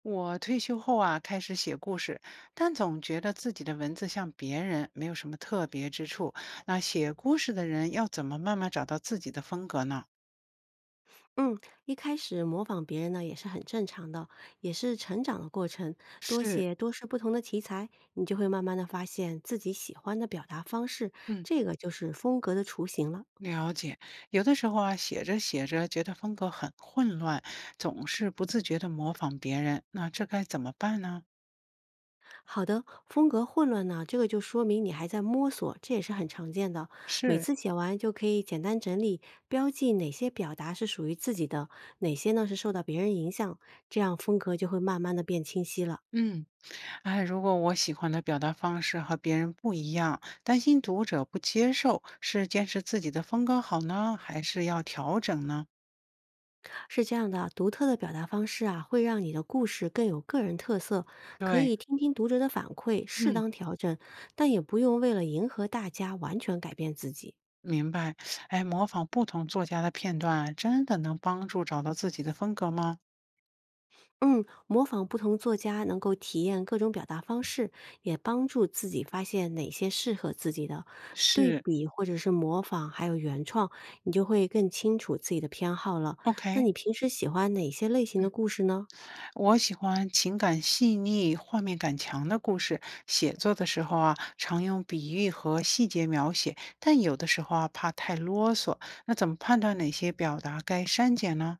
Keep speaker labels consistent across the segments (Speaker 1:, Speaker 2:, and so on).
Speaker 1: 我退休后啊，开始写故事，但总觉得自己的文字像别人，没有什么特别之处。那写故事的人要怎么慢慢找到自己的风格呢？
Speaker 2: 嗯，一开始模仿别人呢也是很正常的，也是成长的过程。多
Speaker 1: 是，
Speaker 2: 写多试不同的题材，你就会慢慢的发现自己喜欢的表达方式，
Speaker 1: 嗯，
Speaker 2: 这个就是风格的雏形了。
Speaker 1: 了解。有的时候啊，写着写着觉得风格很混乱，总是不自觉的模仿别人，那这该怎么办呢？
Speaker 2: 好的，风格混乱呢，这个就说明你还在摸索，这也是很常见的。每
Speaker 1: 是，
Speaker 2: 次写完就可以简单整理，标记哪些表达是属于自己的，哪些呢是受到别人影响，这样风格就会慢慢的变清晰了。
Speaker 1: 嗯，哎，如果我喜欢的表达方式和别人不一样，担心读者不接受，是坚持自己的风格好呢，还是要调整呢？
Speaker 2: 是这样的啊，独特的表达方式啊，会让你的故事更有个人特色，可
Speaker 1: 对，
Speaker 2: 以听听读者的反馈，适
Speaker 1: 嗯，
Speaker 2: 当调整，但也不用为了迎合大家完全改变自己。
Speaker 1: 明白。哎，模仿不同作家的片段啊，真的能帮助找到自己的风格吗？
Speaker 2: 嗯，模仿不同作家，能够体验各种表达方式，也帮助自己发现哪些适合自己的。对
Speaker 1: 是
Speaker 2: 比或者是模仿，还有原创，你就会更清楚自己的偏好了。那
Speaker 1: ，OK。
Speaker 2: 你平时喜欢哪些类型的故事呢？
Speaker 1: 我喜欢情感细腻、画面感强的故事。写作的时候啊，常用比喻和细节描写，但有的时候啊，怕太啰嗦。那怎么判断哪些表达该删减呢？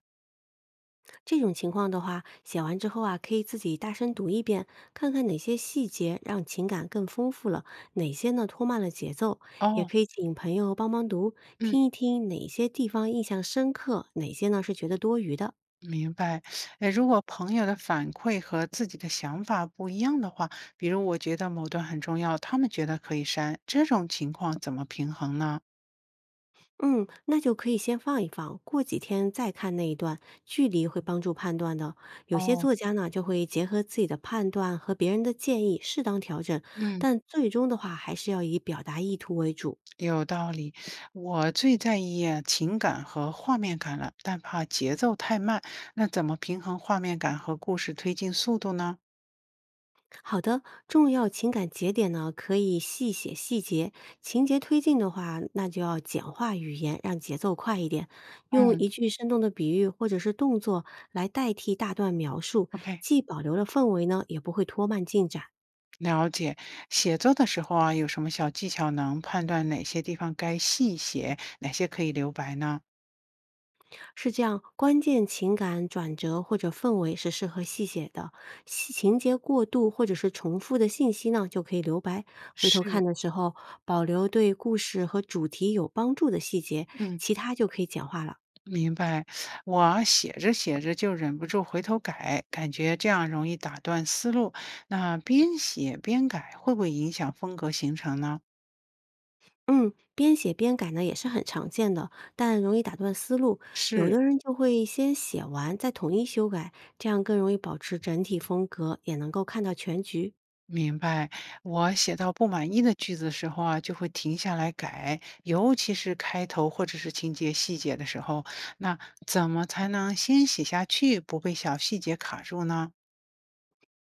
Speaker 2: 这种情况的话，写完之后啊，可以自己大声读一遍，看看哪些细节让情感更丰富了，哪些呢拖慢了节奏。也
Speaker 1: 哦，
Speaker 2: 可以请朋友帮忙读，
Speaker 1: 嗯。
Speaker 2: 听一听哪些地方印象深刻，哪些呢是觉得多余的。
Speaker 1: 明白，诶，如果朋友的反馈和自己的想法不一样的话，比如我觉得某段很重要，他们觉得可以删，这种情况怎么平衡呢？
Speaker 2: 嗯，那就可以先放一放，过几天再看那一段，距离会帮助判断的。有些
Speaker 1: 哦，
Speaker 2: 作家呢，就会结合自己的判断和别人的建议，适当调整，
Speaker 1: 嗯，
Speaker 2: 但最终的话，还是要以表达意图为主。
Speaker 1: 有道理。我最在意啊情感和画面感了，但怕节奏太慢，那怎么平衡画面感和故事推进速度呢？
Speaker 2: 好的，重要情感节点呢，可以细写细节，情节推进的话，那就要简化语言，让节奏快一点，用
Speaker 1: 嗯
Speaker 2: 一句生动的比喻或者是动作来代替大段描述，
Speaker 1: ，OK，
Speaker 2: 既保留了氛围呢，也不会拖慢进展。
Speaker 1: 了解。写作的时候啊，有什么小技巧能判断哪些地方该细写，哪些可以留白呢？
Speaker 2: 是这样，关键情感转折或者氛围是适合细写的，细情节过渡或者是重复的信息呢，就可以留白。回头看
Speaker 1: 是，
Speaker 2: 的时候，保留对故事和主题有帮助的细节，
Speaker 1: 嗯。
Speaker 2: 其他就可以简化了。
Speaker 1: 明白，我写着写着就忍不住回头改，感觉这样容易打断思路。那边写边改会不会影响风格形成呢？
Speaker 2: 嗯，边写边改呢也是很常见的，但容易打断思路。有
Speaker 1: 是，
Speaker 2: 的人就会先写完，再统一修改，这样更容易保持整体风格，也能够看到全局。
Speaker 1: 明白，我写到不满意的句子的时候啊，就会停下来改，尤其是开头或者是情节细节的时候，那怎么才能先写下去，不被小细节卡住呢？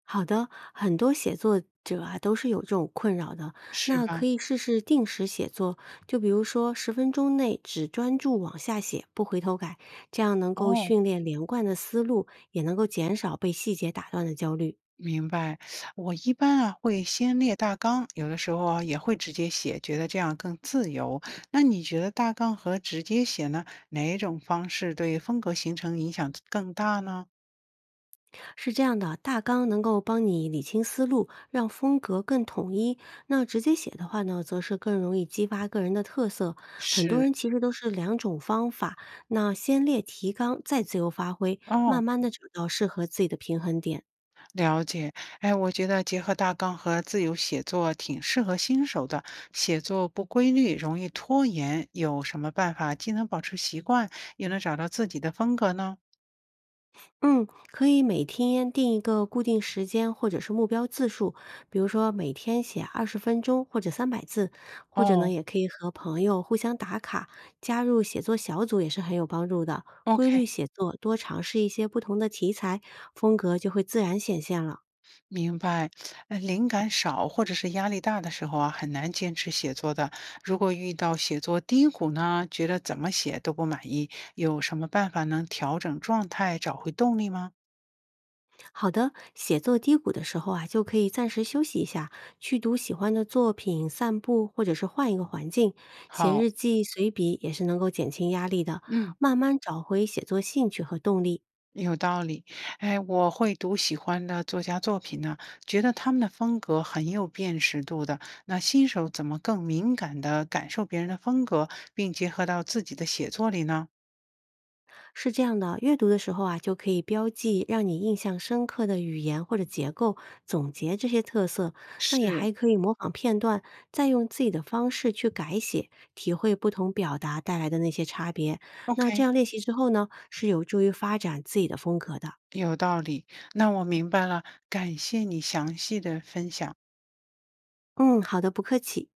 Speaker 2: 好的，很多写作者啊都是有这种困扰的，
Speaker 1: 是
Speaker 2: 那可
Speaker 1: 吧？
Speaker 2: 以试试定时写作，就比如说十分钟内只专注往下写，不回头改，这样能够
Speaker 1: 哦，
Speaker 2: 训练连贯的思路，也能够减少被细节打断的焦虑。
Speaker 1: 明白，我一般啊会先列大纲，有的时候啊也会直接写，觉得这样更自由。那你觉得大纲和直接写呢，哪一种方式对风格形成影响更大呢？
Speaker 2: 是这样的，大纲能够帮你理清思路，让风格更统一。那直接写的话呢，则是更容易激发个人的特色。很多
Speaker 1: 是，
Speaker 2: 人其实都是两种方法，那先列提纲，再自由发挥，
Speaker 1: 哦，
Speaker 2: 慢慢的找到适合自己的平衡点。
Speaker 1: 了解。哎，我觉得结合大纲和自由写作挺适合新手的，写作不规律，容易拖延，有什么办法既能保持习惯，又能找到自己的风格呢？
Speaker 2: 嗯，可以每天定一个固定时间或者是目标字数，比如说每天写20分钟或者300字，或者呢
Speaker 1: 哦
Speaker 2: 也可以和朋友互相打卡，加入写作小组也是很有帮助的。
Speaker 1: ，OK。
Speaker 2: 规律写作，多尝试一些不同的题材，风格就会自然显现了。
Speaker 1: 明白，灵感少或者是压力大的时候啊，很难坚持写作的。如果遇到写作低谷呢，觉得怎么写都不满意，有什么办法能调整状态，找回动力吗？
Speaker 2: 好的，写作低谷的时候啊，就可以暂时休息一下，去读喜欢的作品、散步，或者是换一个环境，写
Speaker 1: 好，
Speaker 2: 日记、随笔也是能够减轻压力的，
Speaker 1: 嗯，
Speaker 2: 慢慢找回写作兴趣和动力。
Speaker 1: 有道理。哎，我会读喜欢的作家作品呢，觉得他们的风格很有辨识度的。那新手怎么更敏感地感受别人的风格，并结合到自己的写作里呢？
Speaker 2: 是这样的，阅读的时候啊，就可以标记让你印象深刻的语言或者结构，总结这些特色。那也
Speaker 1: 是
Speaker 2: 还可以模仿片段，再用自己的方式去改写，体会不同表达带来的那些差别。那这
Speaker 1: ，OK。
Speaker 2: 样练习之后呢，是有助于发展自己的风格的。
Speaker 1: 有道理，那我明白了，感谢你详细的分享。
Speaker 2: 嗯，好的，不客气。